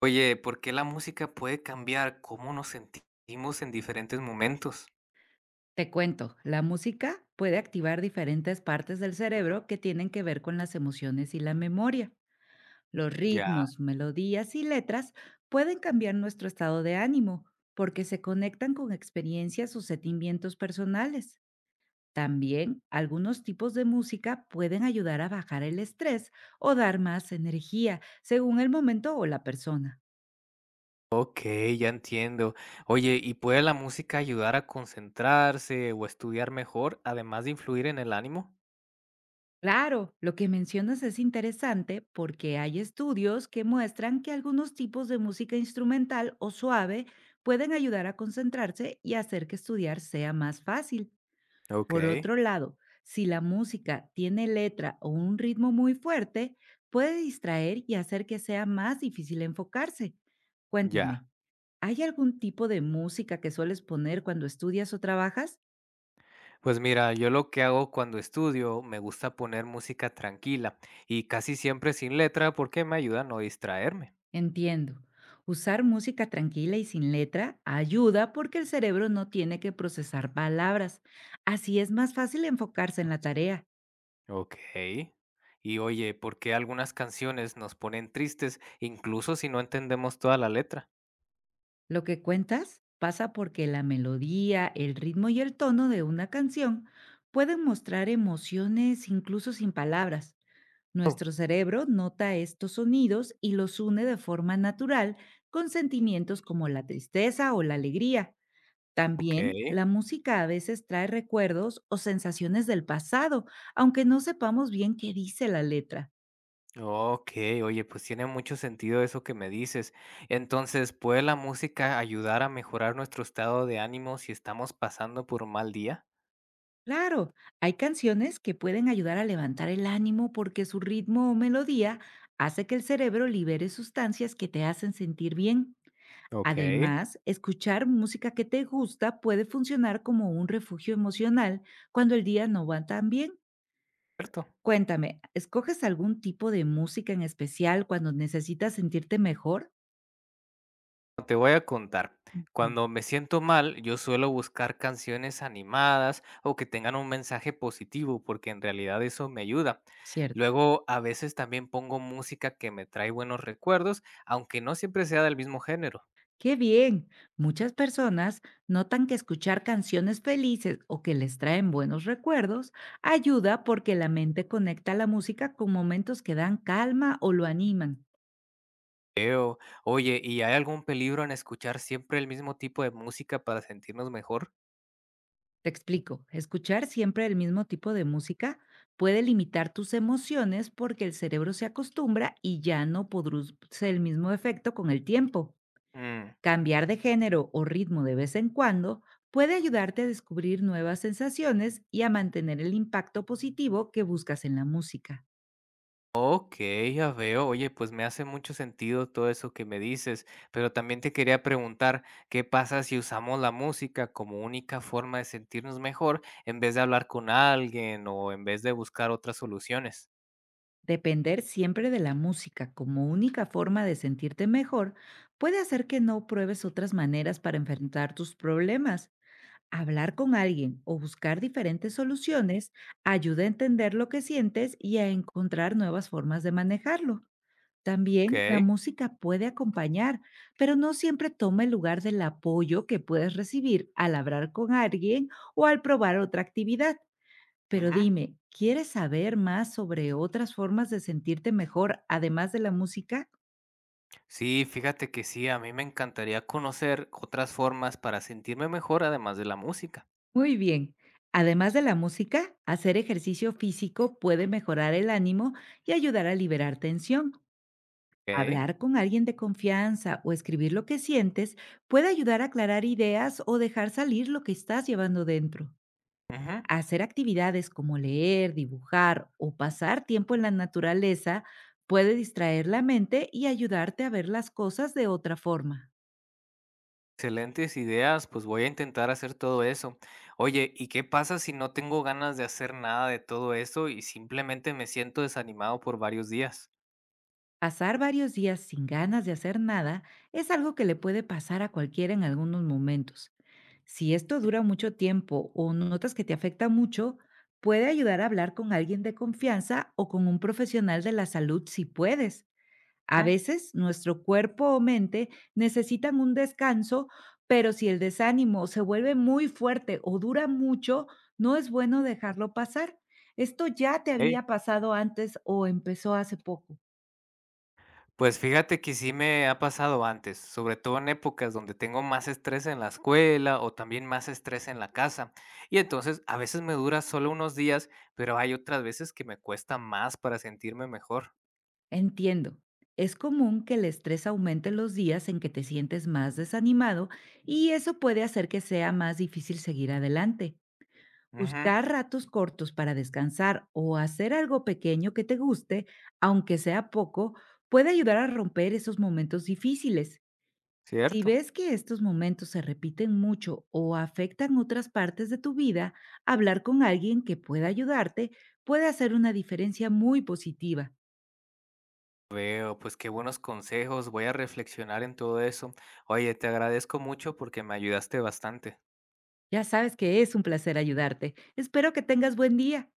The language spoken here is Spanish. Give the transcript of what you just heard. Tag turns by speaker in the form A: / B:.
A: Oye, ¿por qué la música puede cambiar cómo nos sentimos en diferentes momentos?
B: Te cuento, la música puede activar diferentes partes del cerebro que tienen que ver con las emociones y la memoria. Los
A: Ya,
B: ritmos, melodías y letras pueden cambiar nuestro estado de ánimo porque se conectan con experiencias o sentimientos personales. También algunos tipos de música pueden ayudar a bajar el estrés o dar más energía según el momento o la persona.
A: ok, ya entiendo. Oye, ¿y puede la música ayudar a concentrarse o estudiar mejor, además de influir en el ánimo?
B: Claro, lo que mencionas es interesante porque hay estudios que muestran que algunos tipos de música instrumental o suave pueden ayudar a concentrarse y hacer que estudiar sea más fácil.
A: Ok,
B: Por otro lado, si la música tiene letra o un ritmo muy fuerte, puede distraer y hacer que sea más difícil enfocarse. Cuéntame,
A: ya.
B: ¿hay algún tipo de música que sueles poner cuando estudias o trabajas?
A: Pues mira, yo lo que hago cuando estudio, me gusta poner música tranquila y casi siempre sin letra porque me ayuda a no distraerme.
B: Entiendo. Usar música tranquila y sin letra ayuda porque el cerebro no tiene que procesar palabras. Así es más fácil enfocarse en la tarea.
A: Ok. Y oye, ¿por qué algunas canciones nos ponen tristes incluso si no entendemos toda la letra?
B: Lo que cuentas pasa porque la melodía, el ritmo y el tono de una canción pueden mostrar emociones incluso sin palabras.
A: Oh.
B: Nuestro cerebro nota estos sonidos y los une de forma natural con sentimientos como la tristeza o la alegría. También,
A: Okey,
B: la música a veces trae recuerdos o sensaciones del pasado, aunque no sepamos bien qué dice la letra.
A: okey, oye, pues tiene mucho sentido eso que me dices. Entonces, ¿puede la música ayudar a mejorar nuestro estado de ánimo si estamos pasando por un mal día?
B: Claro, hay canciones que pueden ayudar a levantar el ánimo porque su ritmo o melodía hace que el cerebro libere sustancias que te hacen sentir bien.
A: Okey,
B: Además, escuchar música que te gusta puede funcionar como un refugio emocional cuando el día no va tan bien.
A: cierto.
B: Cuéntame, ¿escoges algún tipo de música en especial cuando necesitas sentirte mejor?
A: Te voy a contar.
B: Ujú.
A: Cuando me siento mal, yo suelo buscar canciones animadas o que tengan un mensaje positivo, porque en realidad eso me ayuda.
B: Cierto.
A: Luego, a veces también pongo música que me trae buenos recuerdos, aunque no siempre sea del mismo género.
B: ¡Qué bien! Muchas personas notan que escuchar canciones felices o que les traen buenos recuerdos ayuda porque la mente conecta la música con momentos que dan calma o lo animan.
A: Creo. Oye, ¿y hay algún peligro en escuchar siempre el mismo tipo de música para sentirnos mejor?
B: Te explico, escuchar siempre el mismo tipo de música puede limitar tus emociones porque el cerebro se acostumbra y ya no produce el mismo efecto con el tiempo.
A: Mm,
B: Cambiar de género o ritmo de vez en cuando puede ayudarte a descubrir nuevas sensaciones y a mantener el impacto positivo que buscas en la música.
A: ok, ya veo. Oye, pues me hace mucho sentido todo eso que me dices, pero también te quería preguntar, ¿qué pasa si usamos la música como única forma de sentirnos mejor en vez de hablar con alguien o en vez de buscar otras soluciones?
B: Depender siempre de la música como única forma de sentirte mejor puede hacer que no pruebes otras maneras para enfrentar tus problemas. Hablar con alguien o buscar diferentes soluciones ayuda a entender lo que sientes y a encontrar nuevas formas de manejarlo. También la
A: Ok.
B: música puede acompañar, pero no siempre toma el lugar del apoyo que puedes recibir al hablar con alguien o al probar otra actividad. Pero
A: Ujú.
B: dime, ¿quieres saber más sobre otras formas de sentirte mejor además de la música?
A: Sí, fíjate que sí, a mí me encantaría conocer otras formas para sentirme mejor además de la música.
B: Muy bien. Además de la música, hacer ejercicio físico puede mejorar el ánimo y ayudar a liberar tensión.
A: Ok.
B: Hablar con alguien de confianza o escribir lo que sientes puede ayudar a aclarar ideas o dejar salir lo que estás llevando dentro.
A: Ujú.
B: Hacer actividades como leer, dibujar o pasar tiempo en la naturaleza puede distraer la mente y ayudarte a ver las cosas de otra forma.
A: Excelentes ideas, pues voy a intentar hacer todo eso. Oye, ¿y qué pasa si no tengo ganas de hacer nada de todo eso y simplemente me siento desanimado por varios días?
B: Pasar varios días sin ganas de hacer nada es algo que le puede pasar a cualquiera en algunos momentos. Si esto dura mucho tiempo o notas que te afecta mucho, puede ayudar a hablar con alguien de confianza o con un profesional de la salud si puedes. A
A: ¿Mm?
B: veces nuestro cuerpo o mente necesitan un descanso, pero si el desánimo se vuelve muy fuerte o dura mucho, no es bueno dejarlo pasar. ¿Esto ya te
A: Hey,
B: había pasado antes o empezó hace poco?
A: pues fíjate que sí me ha pasado antes, sobre todo en épocas donde tengo más estrés en la escuela o también más estrés en la casa. Y entonces a veces me dura solo unos días, pero hay otras veces que me cuesta más para sentirme mejor.
B: Entiendo. Es común que el estrés aumente los días en que te sientes más desanimado y eso puede hacer que sea más difícil seguir adelante.
A: Ujú,
B: Buscar ratos cortos para descansar o hacer algo pequeño que te guste, aunque sea poco, puede ayudar a romper esos momentos difíciles. Si
A: cierto.
B: ves que estos momentos se repiten mucho o afectan otras partes de tu vida, hablar con alguien que pueda ayudarte puede hacer una diferencia muy positiva.
A: Veo, pues qué buenos consejos, voy a reflexionar en todo eso. Oye, te agradezco mucho porque me ayudaste bastante.
B: Ya sabes que es un placer ayudarte. Espero que tengas buen día.